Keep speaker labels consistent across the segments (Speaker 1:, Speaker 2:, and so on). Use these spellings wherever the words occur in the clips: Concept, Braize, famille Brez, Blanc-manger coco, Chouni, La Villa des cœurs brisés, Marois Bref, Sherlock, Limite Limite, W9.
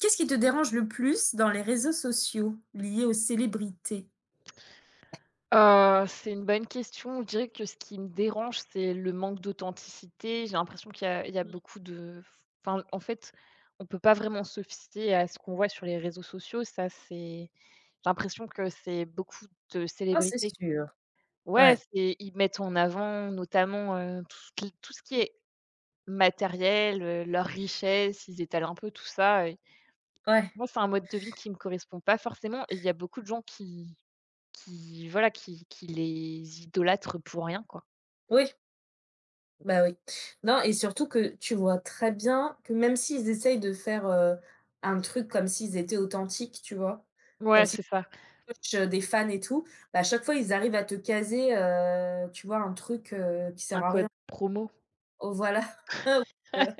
Speaker 1: Qu'est-ce qui te dérange le plus dans les réseaux sociaux liés aux célébrités?
Speaker 2: C'est une bonne question. Je dirais que ce qui me dérange, c'est le manque d'authenticité. J'ai l'impression qu'il y a beaucoup de enfin, en fait, on peut pas vraiment se fier à ce qu'on voit sur les réseaux sociaux. Ça, c'est J'ai l'impression que c'est beaucoup de célébrités. Ouais, c'est ils mettent en avant notamment, tout ce qui est matériel, leur richesse, ils étalent un peu tout ça et
Speaker 1: Ouais.
Speaker 2: moi, c'est un mode de vie qui me correspond pas forcément et il y a beaucoup de gens qui voilà, qui les idolâtre pour rien, quoi.
Speaker 1: Oui, bah, oui. Non, et surtout que tu vois très bien que même s'ils essayent de faire, un truc comme s'ils étaient authentiques, tu vois? Comme
Speaker 2: Ouais,
Speaker 1: s'ils
Speaker 2: c'est ça.
Speaker 1: coachent, des fans et tout, bah, à chaque fois ils arrivent à te caser, tu vois, un truc, qui
Speaker 2: Un
Speaker 1: sert à
Speaker 2: code
Speaker 1: rien.
Speaker 2: promo.
Speaker 1: Oh, voilà. ou, heu,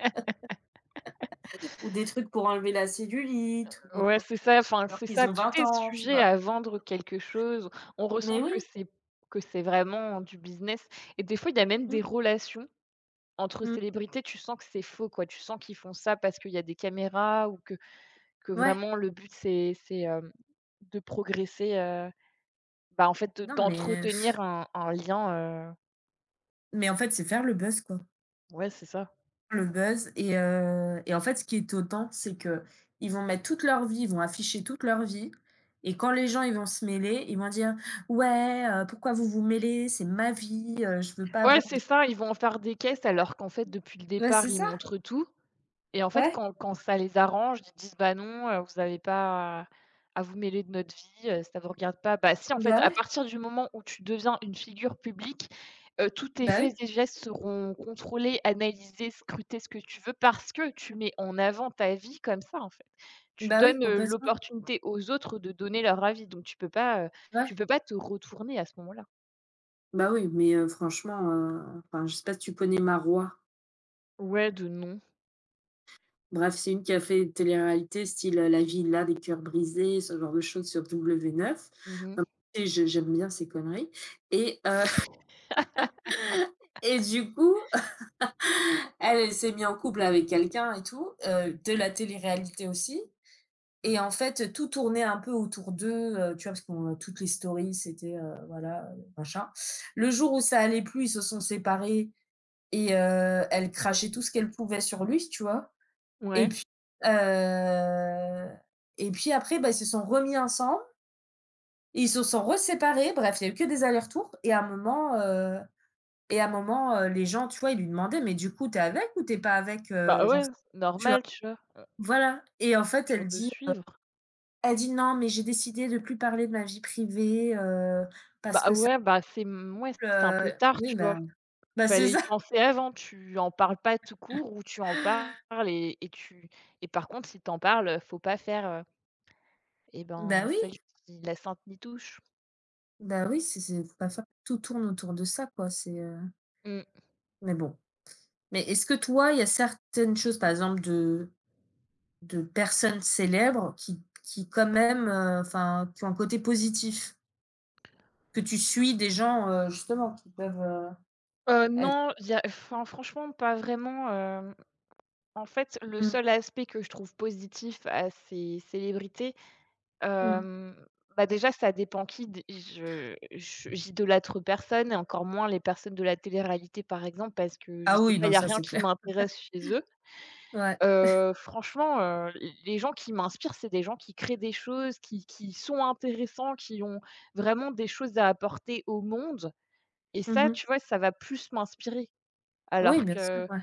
Speaker 1: ou des trucs pour enlever la cellulite, ou
Speaker 2: Ouais, c'est ça, enfin,
Speaker 1: alors
Speaker 2: c'est
Speaker 1: qu'ils
Speaker 2: ça,
Speaker 1: ont
Speaker 2: tout
Speaker 1: 20
Speaker 2: est
Speaker 1: ans, tu
Speaker 2: sujet
Speaker 1: vois?
Speaker 2: à vendre quelque chose. On ressent
Speaker 1: Mais
Speaker 2: que
Speaker 1: oui.
Speaker 2: c'est que c'est vraiment du business et des fois, il y a même des
Speaker 1: Mmh.
Speaker 2: relations entre
Speaker 1: Mh.
Speaker 2: célébrités, tu sens que c'est faux, quoi. Tu sens qu'ils font ça parce qu'il y a des caméras ou que
Speaker 1: Ouais.
Speaker 2: vraiment le but c'est de progresser, bah, en fait,
Speaker 1: Non, mais...
Speaker 2: d'entretenir un lien,
Speaker 1: Mais en fait, c'est faire le buzz, quoi.
Speaker 2: ouais, c'est ça.
Speaker 1: Le buzz. Et en fait, ce qui est autant c'est que ils vont mettre toute leur vie, ils vont afficher toute leur vie, et quand les gens, ils vont se mêler, ils vont dire : « Ouais, pourquoi vous vous mêlez? C'est ma vie, je veux pas
Speaker 2: Ouais,
Speaker 1: avoir
Speaker 2: c'est ça, ils vont en faire des caisses alors qu'en fait, depuis le
Speaker 1: de... » Ouais,
Speaker 2: départ,
Speaker 1: c'est
Speaker 2: ils
Speaker 1: ça.
Speaker 2: montrent tout et en fait,
Speaker 1: Ouais.
Speaker 2: quand ça les arrange, ils disent: «Bah, non, vous avez pas à vous mêler de notre vie, ça vous regarde pas». Bah, si, en fait,
Speaker 1: Bah
Speaker 2: à
Speaker 1: ouais.
Speaker 2: partir du moment où tu deviens une figure publique, tous tes
Speaker 1: Bah
Speaker 2: faits
Speaker 1: oui.
Speaker 2: et gestes seront contrôlés, analysés, scrutés, ce que tu veux, parce que tu mets en avant ta vie comme ça, en fait. Tu
Speaker 1: Bah oui,
Speaker 2: donnes,
Speaker 1: complètement.
Speaker 2: l'opportunité aux autres de donner leur avis, donc tu peux pas, heu,
Speaker 1: Ouais.
Speaker 2: tu peux pas te retourner à ce moment-là.
Speaker 1: Bah oui, mais franchement, enfin, je sais pas si tu connais Marois.
Speaker 2: Ouais, de non.
Speaker 1: Bref, c'est une qui a fait une télé-réalité style, La Villa des cœurs brisés, ce genre de choses sur W9.
Speaker 2: Mmh.
Speaker 1: Comme tu sais, je j'aime bien ces conneries et et du coup, elle, elle s'est mise en couple avec quelqu'un et tout, de la télé-réalité aussi, et en fait, tout tournait un peu autour d'eux, tu vois? Parce qu'on... toutes les stories, c'était, voilà, machin. Le jour où ça allait plus, ils se sont séparés et elle crachait tout ce qu'elle pouvait sur lui, tu vois? Et
Speaker 2: Ouais.
Speaker 1: puis, heu et puis après, bah, ils se sont remis ensemble, ils se sont reséparés. Bref, il y a eu que des allers-retours, et à un moment, et à un moment, les gens, tu vois, ils lui demandaient : « Mais du coup, t'es avec ou t'es pas avec,
Speaker 2: Bah,
Speaker 1: genre? »
Speaker 2: ouais, c'est
Speaker 1: Tu vois?
Speaker 2: normal, tu vois?
Speaker 1: Voilà. Et en
Speaker 2: C'est
Speaker 1: fait,
Speaker 2: dur
Speaker 1: elle
Speaker 2: de
Speaker 1: dit
Speaker 2: suivre.
Speaker 1: elle dit: Non, mais j'ai décidé de plus parler de ma vie privée, parce
Speaker 2: Bah,
Speaker 1: que ça
Speaker 2: ouais, bah, ouais, c'est un peu
Speaker 1: me
Speaker 2: tard,
Speaker 1: Oui,
Speaker 2: tu
Speaker 1: bah
Speaker 2: vois?
Speaker 1: bah, c'est
Speaker 2: Fallait y
Speaker 1: ça.
Speaker 2: penser avant, tu en parles pas tout court ou tu en parles et tu et par contre, si t'en en parles, faut pas faire, eh
Speaker 1: Bah,
Speaker 2: ben,
Speaker 1: oui.
Speaker 2: celle qui la sainte nitouche.
Speaker 1: Bah, oui, c'est faut pas faire, tout tourne autour de ça, quoi, c'est,
Speaker 2: Mmh.
Speaker 1: mais bon. Mais est-ce que toi, il y a certaines choses, par exemple, de, personnes célèbres qui quand même, enfin, qui ont un côté positif, que tu suis, des gens, justement, qui peuvent, être...
Speaker 2: Non, il y a enfin, franchement, pas vraiment, en fait, le
Speaker 1: Mmh.
Speaker 2: seul aspect que je trouve positif à ces célébrités.
Speaker 1: Mmh.
Speaker 2: Hem, Bah, déjà, ça dépend qui d je j'idolâtre personne et encore moins les personnes de la télé-réalité, par exemple, parce que je
Speaker 1: Ah
Speaker 2: sais
Speaker 1: oui,
Speaker 2: pas, il
Speaker 1: non,
Speaker 2: y a
Speaker 1: ça,
Speaker 2: rien
Speaker 1: c'est
Speaker 2: qui
Speaker 1: clair.
Speaker 2: m'intéresse chez eux.
Speaker 1: Ouais.
Speaker 2: Franchement, les gens qui m'inspirent, c'est des gens qui créent des choses, qui sont intéressants, qui ont vraiment des choses à apporter au monde et ça,
Speaker 1: Mmh.
Speaker 2: tu vois, ça va plus m'inspirer.
Speaker 1: Oui,
Speaker 2: Alors
Speaker 1: bien sûr.
Speaker 2: que
Speaker 1: Ouais,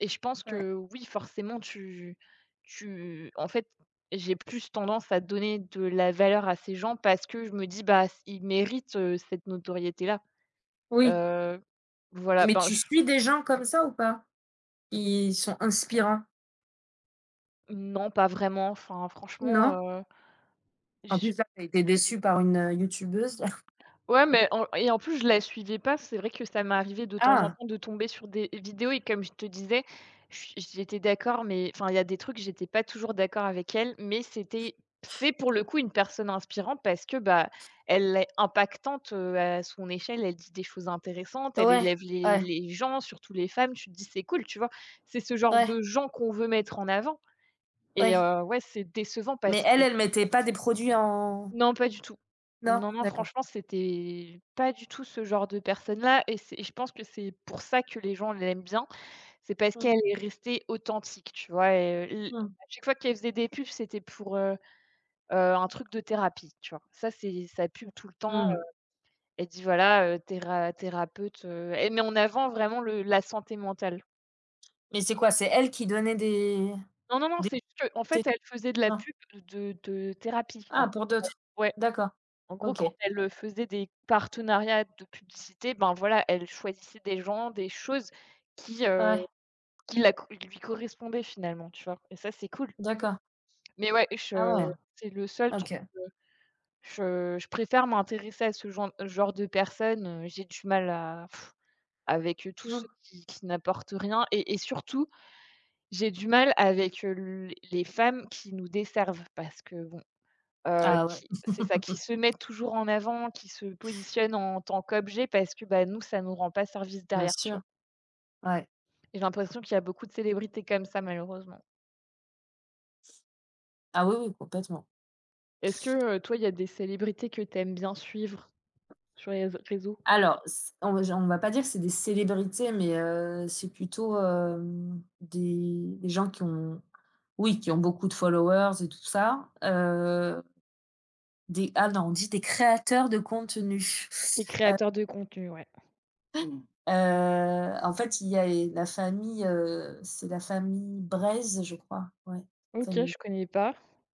Speaker 2: Et je pense
Speaker 1: ouais.
Speaker 2: que oui, forcément, tu en fait, j'ai plus tendance à donner de la valeur à ces gens parce que je me dis: «Bah, ils méritent, cette notoriété-là».
Speaker 1: Oui,
Speaker 2: Heu, voilà,
Speaker 1: mais
Speaker 2: ben,
Speaker 1: tu
Speaker 2: je
Speaker 1: suis des gens comme ça ou pas? Qui sont inspirants?
Speaker 2: non, pas vraiment. Enfin, franchement,
Speaker 1: Non?
Speaker 2: heu,
Speaker 1: En plus, là, tu été déçue par une, youtubeuse.
Speaker 2: ouais, mais en et en plus, je la suivais pas. C'est vrai que ça m'est arrivé de temps en
Speaker 1: Ah!
Speaker 2: temps de tomber sur des vidéos et comme je te disais, je suis j'étais d'accord, mais enfin, il y a des trucs, j'étais pas toujours d'accord avec elle, mais c'est pour le coup une personne inspirante parce que, bah, elle est impactante, à son échelle. Elle dit des choses intéressantes, elle
Speaker 1: Ouais,
Speaker 2: élève les
Speaker 1: ouais,
Speaker 2: les gens, surtout les femmes. Tu te dis: «C'est cool», tu vois? C'est ce genre
Speaker 1: ouais,
Speaker 2: de gens qu'on veut mettre en avant et
Speaker 1: ouais.
Speaker 2: ouais, c'est décevant
Speaker 1: Mais
Speaker 2: parce
Speaker 1: elle,
Speaker 2: que
Speaker 1: elle mettait pas des produits en...
Speaker 2: non, pas du tout.
Speaker 1: Non?
Speaker 2: Non, non,
Speaker 1: D'accord.
Speaker 2: franchement, c'était pas du tout ce genre de personne-là et c'est et je pense que c'est pour ça que les gens l'aiment bien. C'est parce
Speaker 1: Mmh.
Speaker 2: qu'elle est restée authentique, tu vois? Et l
Speaker 1: Mh.
Speaker 2: à chaque fois qu'elle faisait des pubs, c'était pour, un truc de thérapie, tu vois? Ça, c'est sa pub tout le temps,
Speaker 1: Mmh.
Speaker 2: elle dit voilà, thérapeute, elle met en avant vraiment le la santé mentale.
Speaker 1: Mais c'est quoi? C'est elle qui donnait des...
Speaker 2: Non, non, non,
Speaker 1: des
Speaker 2: c'est juste qu'en
Speaker 1: c'est
Speaker 2: fait,
Speaker 1: tout?
Speaker 2: elle faisait de la
Speaker 1: Non?
Speaker 2: pub de thérapie, en
Speaker 1: Ah,
Speaker 2: fait.
Speaker 1: pour d'autres.
Speaker 2: Ouais.
Speaker 1: D'accord.
Speaker 2: En gros,
Speaker 1: OK.
Speaker 2: quand elle, faisait des partenariats de publicité, ben, voilà, elle choisissait des gens, des choses qui,
Speaker 1: Ouais,
Speaker 2: heu,
Speaker 1: ouais.
Speaker 2: qui la co lui correspondaient finalement, tu vois? Et ça, c'est cool.
Speaker 1: D'accord.
Speaker 2: Mais ouais,
Speaker 1: Ah
Speaker 2: je
Speaker 1: ouais.
Speaker 2: c'est le seul truc,
Speaker 1: OK.
Speaker 2: heu, je préfère m'intéresser à ce genre de personnes, j'ai du mal avec, tous
Speaker 1: Mmh.
Speaker 2: ceux qui n'apportent rien et surtout, j'ai du mal avec, l les femmes qui nous desservent parce que bon.
Speaker 1: Ah ouais,
Speaker 2: Qui C'est ça, qui se mettent toujours en avant, qui se positionnent en tant qu'objet parce que, bah, nous, ça nous rend pas service
Speaker 1: bien
Speaker 2: derrière, tu
Speaker 1: sûr.
Speaker 2: vois?
Speaker 1: Ouais.
Speaker 2: Et j'ai l'impression qu'il y a beaucoup de célébrités comme ça, malheureusement.
Speaker 1: Ah oui, oui, complètement.
Speaker 2: Est-ce que, toi, il y a des célébrités que tu aimes bien suivre sur les réseaux?
Speaker 1: Alors, c on va pas dire que c'est des célébrités, mais c'est plutôt, des gens qui ont... Oui, qui ont beaucoup de followers et tout ça. Des ah non, on dit des créateurs de contenu.
Speaker 2: Les créateurs de contenu, ouais.
Speaker 1: En fait, il y a la famille, c'est la famille Braize, je crois, ouais,
Speaker 2: OK,
Speaker 1: famille
Speaker 2: je connais pas.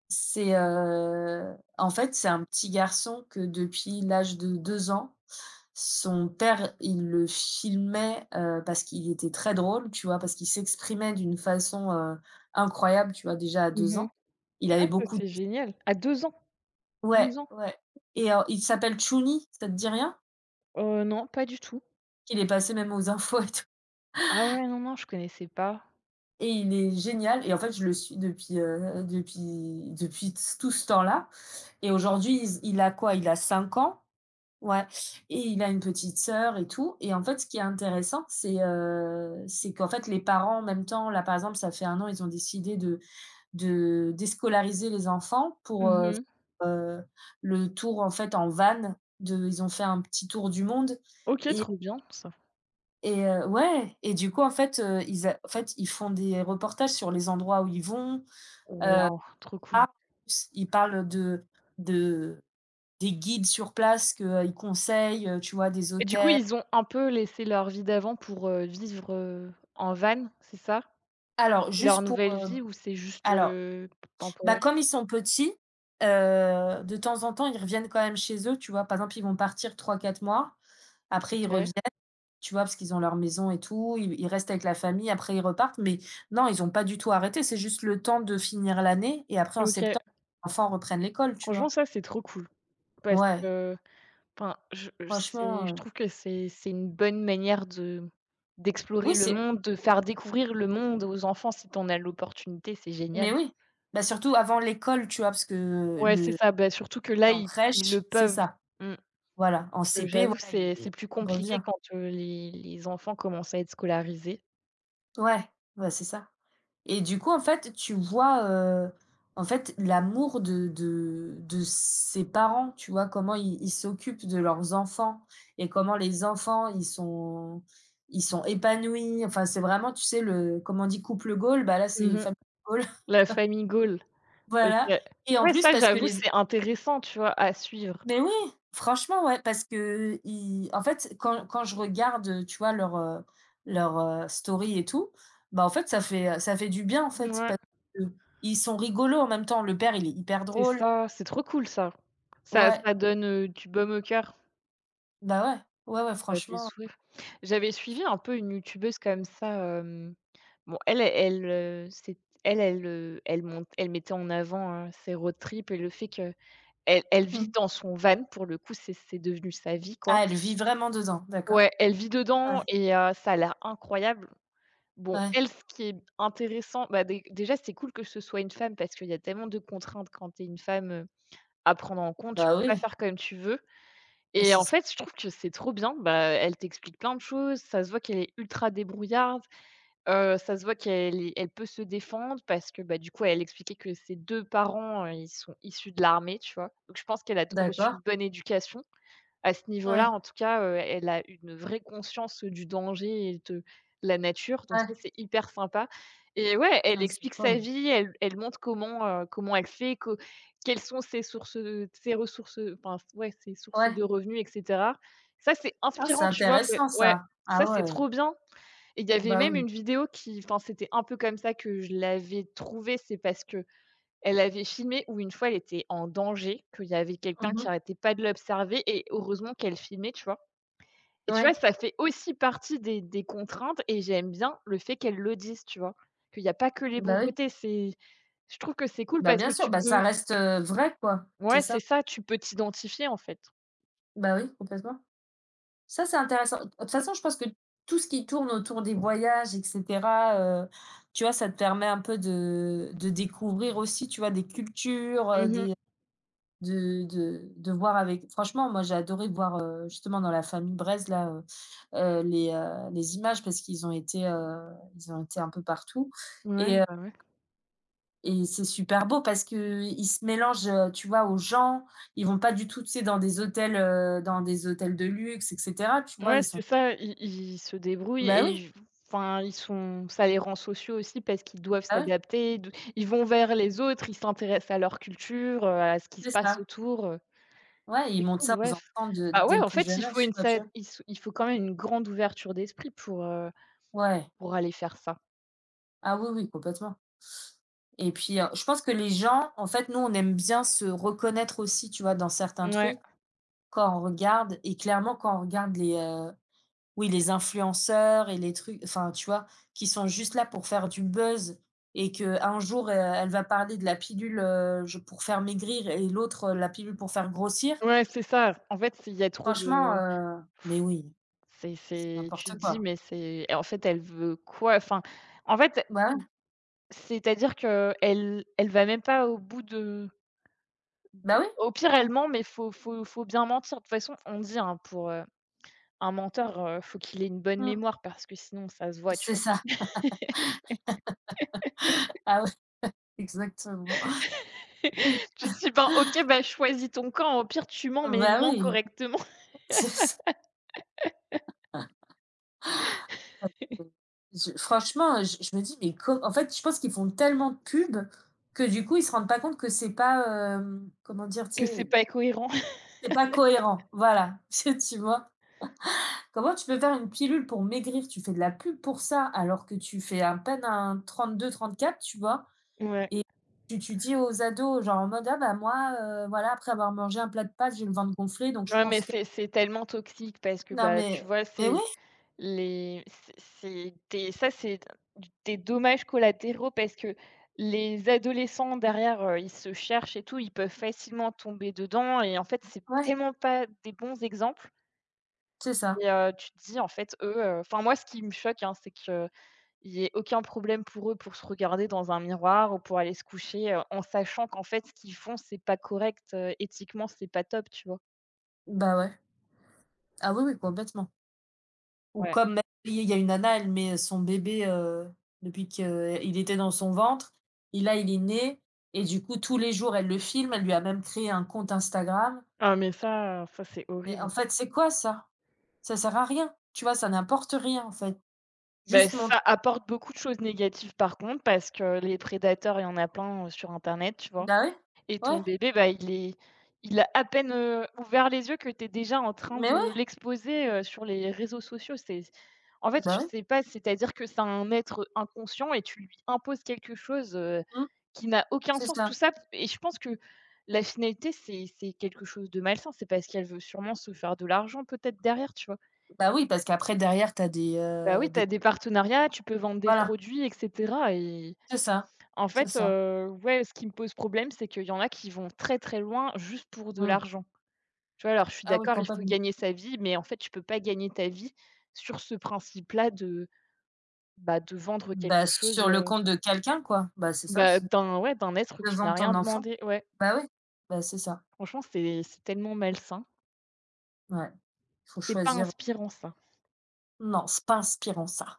Speaker 1: c'est, en fait, c'est un petit garçon que depuis l'âge de 2 ans, son père, il le filmait, parce qu'il était très drôle, tu vois? Parce qu'il s'exprimait d'une façon, incroyable, tu vois? Déjà à deux
Speaker 2: Mmh.
Speaker 1: ans. Il avait
Speaker 2: Ah, ça,
Speaker 1: beaucoup d
Speaker 2: c'est génial. À 2 ans? 12
Speaker 1: ouais,
Speaker 2: ans?
Speaker 1: ouais. Et il s'appelle Chouni, ça te dit rien?
Speaker 2: Non, pas du tout.
Speaker 1: Il est passé même aux infos et tout.
Speaker 2: Ah ouais, non, non, je connaissais pas.
Speaker 1: Et il est génial. Et en fait, je le suis depuis, depuis depuis t tout ce temps-là, et aujourd'hui, il a quoi? Il a 5 ans. Ouais. Et il a une petite sœur et tout, et en fait, ce qui est intéressant, c'est qu'en fait, les parents, en même temps, là, par exemple, ça fait 1 an, ils ont décidé de déscolariser les enfants pour, f
Speaker 2: Mmh.
Speaker 1: heu, le tour, en fait, en van, de ils ont fait un petit tour du monde.
Speaker 2: OK,
Speaker 1: Et
Speaker 2: trop bien ça.
Speaker 1: ouais. Et du coup, en fait, ils a en fait, ils font des reportages sur les endroits où ils vont.
Speaker 2: Waouh, trop cool.
Speaker 1: Ah, s ils parlent de des guides sur place que, ils conseillent, tu vois, des
Speaker 2: Et du coup,
Speaker 1: hôtels.
Speaker 2: ils ont un peu laissé leur vie d'avant pour, vivre, en van, c'est ça?
Speaker 1: Alors
Speaker 2: C'est leur
Speaker 1: juste pour,
Speaker 2: nouvelle
Speaker 1: heu
Speaker 2: vie ou c'est juste,
Speaker 1: alors, bah,
Speaker 2: temporaire?
Speaker 1: comme ils sont petits, de temps en temps, ils reviennent quand même chez eux, tu vois? Par exemple, ils vont partir trois quatre mois, après ils
Speaker 2: OK.
Speaker 1: reviennent. Tu vois? Parce qu'ils ont leur maison et tout, ils restent avec la famille, après ils repartent, mais non, ils ont pas du tout arrêté, c'est juste le temps de finir l'année, et après en
Speaker 2: OK.
Speaker 1: septembre, les enfants reprennent l'école, tu
Speaker 2: Franchement,
Speaker 1: vois?
Speaker 2: ça, c'est trop cool parce
Speaker 1: Ouais,
Speaker 2: que enfin, je-
Speaker 1: franchement,
Speaker 2: c'est je trouve que c'est une bonne manière de d'explorer
Speaker 1: oui,
Speaker 2: le
Speaker 1: c'est
Speaker 2: monde, de faire découvrir le monde aux enfants si t'en as l'opportunité, c'est génial.
Speaker 1: mais oui, bah, surtout avant l'école, tu vois? Parce que
Speaker 2: Ouais, c'est
Speaker 1: le...
Speaker 2: ça, bah, surtout que
Speaker 1: tu es
Speaker 2: là,
Speaker 1: en
Speaker 2: ils le
Speaker 1: crèche, c'est
Speaker 2: peuvent.
Speaker 1: ça,
Speaker 2: Mmh.
Speaker 1: voilà, en CP,
Speaker 2: J'avoue,
Speaker 1: voilà, il
Speaker 2: c'est
Speaker 1: il
Speaker 2: plus compliqué
Speaker 1: revient.
Speaker 2: quand, les enfants commencent à être scolarisés.
Speaker 1: Ouais, bah, c'est ça. Et du coup, en fait, tu vois, en fait, l'amour de de ses parents, tu vois? Comment ils s'occupent de leurs enfants, et comment les enfants, ils sont épanouis. Enfin, c'est vraiment, tu sais, le... comment on dit : « couple Gaule », bah, là, c'est
Speaker 2: Mmh.
Speaker 1: famille Gaule.
Speaker 2: La famille Gaulle,
Speaker 1: Voilà.
Speaker 2: OK.
Speaker 1: Et en
Speaker 2: Ouais,
Speaker 1: plus
Speaker 2: ça,
Speaker 1: parce que
Speaker 2: j'avoue,
Speaker 1: les...
Speaker 2: c'est intéressant, tu vois, à suivre.
Speaker 1: Mais oui, franchement, ouais, parce que ils en fait, quand je regarde, tu vois, leur story et tout, bah, en fait, ça fait du bien, en fait,
Speaker 2: Ouais,
Speaker 1: parce que ils sont rigolos en même temps. Le père, il est hyper
Speaker 2: c'est
Speaker 1: drôle.
Speaker 2: ça, c'est trop cool ça. Ça
Speaker 1: Ouais,
Speaker 2: ça donne, du baume au cœur,
Speaker 1: bah, ouais. Ouais, ouais,
Speaker 2: ça fait
Speaker 1: franchement.
Speaker 2: sourire. J'avais suivi un peu une youtubeuse comme ça. Bon, elle mettait en avant, ses road trips et le fait que elle vit
Speaker 1: Mmh.
Speaker 2: dans son van pour le coup, c'est devenu sa vie, quoi.
Speaker 1: Ah, elle vit vraiment dedans, d'accord.
Speaker 2: Ouais, elle vit
Speaker 1: Ouais,
Speaker 2: dedans et ça a l'air incroyable. Bon,
Speaker 1: ouais.
Speaker 2: elle, ce qui est intéressant, bah, dé déjà, c'est cool que ce soit une femme parce qu'il y a tellement de contraintes quand t'es une femme, à prendre en compte. Tu
Speaker 1: Bah,
Speaker 2: peux pas
Speaker 1: oui.
Speaker 2: faire comme tu veux
Speaker 1: Bah,
Speaker 2: et
Speaker 1: c'est
Speaker 2: en
Speaker 1: ça.
Speaker 2: fait, je trouve que c'est trop bien. Bah, elle t'explique plein de choses. Ça se voit qu'elle est ultra débrouillarde. Ça se voit qu'elle peut se défendre parce que, bah, du coup, elle expliquait que ses 2 parents, ils sont issus de l'armée, tu vois? Donc je pense qu'elle a reçu une
Speaker 1: D'accord.
Speaker 2: bonne éducation. À ce
Speaker 1: Ouais,
Speaker 2: niveau-là, en tout cas, elle a une vraie conscience, du danger et de la nature, donc ça,
Speaker 1: ouais.
Speaker 2: c'est hyper sympa et ouais, elle
Speaker 1: Ah, c'est
Speaker 2: explique sa
Speaker 1: cool.
Speaker 2: vie, elle montre comment, comment elle fait, co quelles sont ses sources, ses ressources, enfin, ouais, ses sources
Speaker 1: Ouais.
Speaker 2: de revenus et cetera. Ça, c'est
Speaker 1: Ah, c'est
Speaker 2: inspirant, tu vois?
Speaker 1: intéressant
Speaker 2: Ouais,
Speaker 1: ça. Ah
Speaker 2: ça, c'est
Speaker 1: ouais,
Speaker 2: trop bien. Et il y avait
Speaker 1: bah,
Speaker 2: même une
Speaker 1: oui.
Speaker 2: vidéo qui enfin, c'était un peu comme ça que je l'avais trouvée. C'est parce que elle avait filmé où une fois, elle était en danger, qu'il y avait quelqu'un qui
Speaker 1: Mmh.
Speaker 2: arrêtait pas de l'observer et heureusement qu'elle filmait, tu vois? Et tu vois,
Speaker 1: Ouais,
Speaker 2: ça fait aussi partie des contraintes et j'aime bien le fait qu'elle le dise, tu vois? Qu'il n'y a pas que les bons
Speaker 1: bah, oui.
Speaker 2: côtés, c'est je trouve que c'est cool
Speaker 1: Bah,
Speaker 2: parce
Speaker 1: bien
Speaker 2: que
Speaker 1: sûr,
Speaker 2: tu
Speaker 1: bah, ça
Speaker 2: peux
Speaker 1: reste, vrai, quoi. C'est
Speaker 2: ouais,
Speaker 1: ça.
Speaker 2: c'est ça, tu peux t'identifier, en fait.
Speaker 1: Bah, oui, complètement. Ça, c'est intéressant. De toute façon, je pense que tout ce qui tourne autour des voyages et cetera, tu vois, ça te permet un peu de découvrir aussi, tu vois, des cultures,
Speaker 2: Mmh.
Speaker 1: des... de voir avec... franchement, moi, j'ai adoré voir, justement dans la famille Brez, là, les images, parce qu'ils ont été un peu partout.
Speaker 2: Ouais,
Speaker 1: Et
Speaker 2: bah, ouais.
Speaker 1: Et c'est super beau parce qu'ils se mélangent, tu vois, aux gens. Ils vont pas du tout, tu sais, dans des hôtels de luxe et cetera, tu vois?
Speaker 2: Ouais,
Speaker 1: Ils sont...
Speaker 2: c'est ça, ils se débrouillent et
Speaker 1: Bah, oui.
Speaker 2: ils enfin, ils sont ça les rend sociaux aussi parce qu'ils doivent
Speaker 1: Bah, oui,
Speaker 2: s'adapter, de ils vont vers les autres, ils s'intéressent à leur culture, à ce qui se
Speaker 1: c'est
Speaker 2: passe
Speaker 1: ça.
Speaker 2: autour,
Speaker 1: Ouais, ils
Speaker 2: c'est
Speaker 1: montrent
Speaker 2: cool,
Speaker 1: ça
Speaker 2: ouais.
Speaker 1: aux
Speaker 2: F
Speaker 1: enfants de
Speaker 2: Bah, ouais,
Speaker 1: dès le
Speaker 2: en
Speaker 1: plus
Speaker 2: fait,
Speaker 1: jeune âge, quoi, tu vois?
Speaker 2: il faut quand même une grande ouverture d'esprit pour, heu,
Speaker 1: Ouais.
Speaker 2: pour aller faire ça.
Speaker 1: Ah oui, oui, complètement. Et puis, je pense que les gens... en fait, nous, on aime bien se reconnaître aussi, tu vois, dans certains
Speaker 2: Ouais,
Speaker 1: trucs, quand on regarde. Et clairement, quand on regarde les, Oui, les influenceurs et les trucs, enfin, tu vois? Qui sont juste là pour faire du buzz, et qu'un jour, elle va parler de la pilule, je pour faire maigrir, et l'autre, la pilule pour faire grossir.
Speaker 2: ouais, c'est ça. En fait, il y a trop
Speaker 1: Franchement,
Speaker 2: de
Speaker 1: mais oui, c'est
Speaker 2: c'est tu te
Speaker 1: n'importe
Speaker 2: dis:
Speaker 1: quoi.
Speaker 2: «Mais c'est et en fait, elle veut quoi?» enfin, en fait,
Speaker 1: Bah,
Speaker 2: i
Speaker 1: ouais.
Speaker 2: c'est-à-dire que elle, elle va même pas au bout de.
Speaker 1: Bah, oui.
Speaker 2: Au pire, elle ment, mais faut bien mentir. De toute façon, on dit, hein, pour, un menteur, faut qu'il ait une bonne
Speaker 1: Mmh,
Speaker 2: mémoire parce que sinon ça se voit, tu
Speaker 1: c'est
Speaker 2: vois?
Speaker 1: ça. Ah ouais, exactement. Oui,
Speaker 2: Tu te dis: «Ben, OK, bah, choisis ton camp. Au pire, tu mens, mais
Speaker 1: bah,
Speaker 2: mens
Speaker 1: oui,
Speaker 2: correctement,
Speaker 1: c'est ça. Je Franchement, je me dis : « Mais co... » En fait, je pense qu'ils font tellement de pub que du coup, ils se rendent pas compte que c'est pas, comment dire? Tu
Speaker 2: que c'est
Speaker 1: sais?
Speaker 2: pas cohérent».
Speaker 1: C'est pas cohérent, voilà, tu vois? Comment tu peux faire une pilule pour maigrir? Tu fais de la pub pour ça, alors que tu fais à peine un 32-34, tu vois?
Speaker 2: Ouais.
Speaker 1: Et tu dis aux ados, genre en mode : « Ah bah moi, voilà, après avoir mangé un plat de pâtes, j'ai le ventre gonflé, donc je
Speaker 2: Ouais,
Speaker 1: prends
Speaker 2: mais
Speaker 1: ce que... »
Speaker 2: c'est tellement toxique parce que,
Speaker 1: Non,
Speaker 2: bah, tu
Speaker 1: mais...
Speaker 2: vois,
Speaker 1: Mais
Speaker 2: c'est
Speaker 1: oui,
Speaker 2: Les c'est des ça, c'est des dommages collatéraux parce que les adolescents derrière, ils se cherchent et tout, ils peuvent facilement tomber dedans et en fait, c'est
Speaker 1: ouais,
Speaker 2: tellement pas des bons exemples
Speaker 1: c'est ça.
Speaker 2: et tu te dis en fait, enfin, moi, ce qui me choque, hein, c'est qu'il y ait aucun problème pour eux pour se regarder dans un miroir ou pour aller se coucher, en sachant qu'en fait, ce qu'ils font, c'est pas correct, éthiquement, c'est pas top, tu vois?
Speaker 1: Bah ouais. Ah oui, oui, complètement. Ou
Speaker 2: Ouais.
Speaker 1: comme même, il y a une nana, elle met son bébé, depuis qu'il était dans son ventre, et là, il est né, et du coup, tous les jours, elle le filme, elle lui a même créé un compte Instagram.
Speaker 2: Ah mais ça c'est
Speaker 1: Mais
Speaker 2: horrible.
Speaker 1: en fait, c'est quoi ça? Ça sert à rien, tu vois? Ça n'apporte rien, en fait.
Speaker 2: Beh,
Speaker 1: Juste mon
Speaker 2: ça apporte beaucoup de choses négatives par contre, parce que les prédateurs, il y en a plein, sur internet, tu vois?
Speaker 1: Bah, ouais.
Speaker 2: Et ton
Speaker 1: Ouais,
Speaker 2: bébé, bah, il a à peine, ouvert les yeux que tu es déjà en train
Speaker 1: mais
Speaker 2: de
Speaker 1: ouais,
Speaker 2: l'exposer, sur les réseaux sociaux. C'est En fait, je
Speaker 1: bah, ouais.
Speaker 2: sais pas, c'est-à-dire que c'est un être inconscient et tu lui imposes quelque chose,
Speaker 1: Mmh,
Speaker 2: qui n'a aucun
Speaker 1: c'est
Speaker 2: sens.
Speaker 1: ça.
Speaker 2: Tout ça et je pense que la finalité, c'est quelque chose de malsain. C'est parce qu'elle veut sûrement se faire de l'argent peut-être derrière, tu vois?
Speaker 1: Bah, oui, parce qu'après derrière, tu as
Speaker 2: Bah, oui, tu
Speaker 1: des
Speaker 2: as des partenariats, tu peux vendre des
Speaker 1: voilà,
Speaker 2: produits et cetera et
Speaker 1: c'est ça,
Speaker 2: en
Speaker 1: c'est
Speaker 2: fait,
Speaker 1: ça.
Speaker 2: ouais, ce qui me pose problème, c'est qu'il y en a qui vont très, très loin juste pour de
Speaker 1: Mmh.
Speaker 2: l'argent. Tu vois? Alors je suis
Speaker 1: Ah oui,
Speaker 2: d'accord, il faut
Speaker 1: complètement.
Speaker 2: gagner sa vie, mais en fait, tu peux pas gagner ta vie sur ce principe-là de, bah, de vendre
Speaker 1: Bah,
Speaker 2: quelque chose,
Speaker 1: sur le compte de quelqu'un, quoi. Bah, c'est ça,
Speaker 2: bah,
Speaker 1: c'est
Speaker 2: d'un ouais, d'un être qui
Speaker 1: devant
Speaker 2: n'a
Speaker 1: ton
Speaker 2: rien
Speaker 1: enfant.
Speaker 2: demandé. Ouais,
Speaker 1: Bah, oui. Bah, c'est ça,
Speaker 2: franchement, c'est tellement malsain.
Speaker 1: ouais. Il faut
Speaker 2: C'est pas
Speaker 1: choisir.
Speaker 2: inspirant ça.
Speaker 1: Non, c'est pas inspirant ça.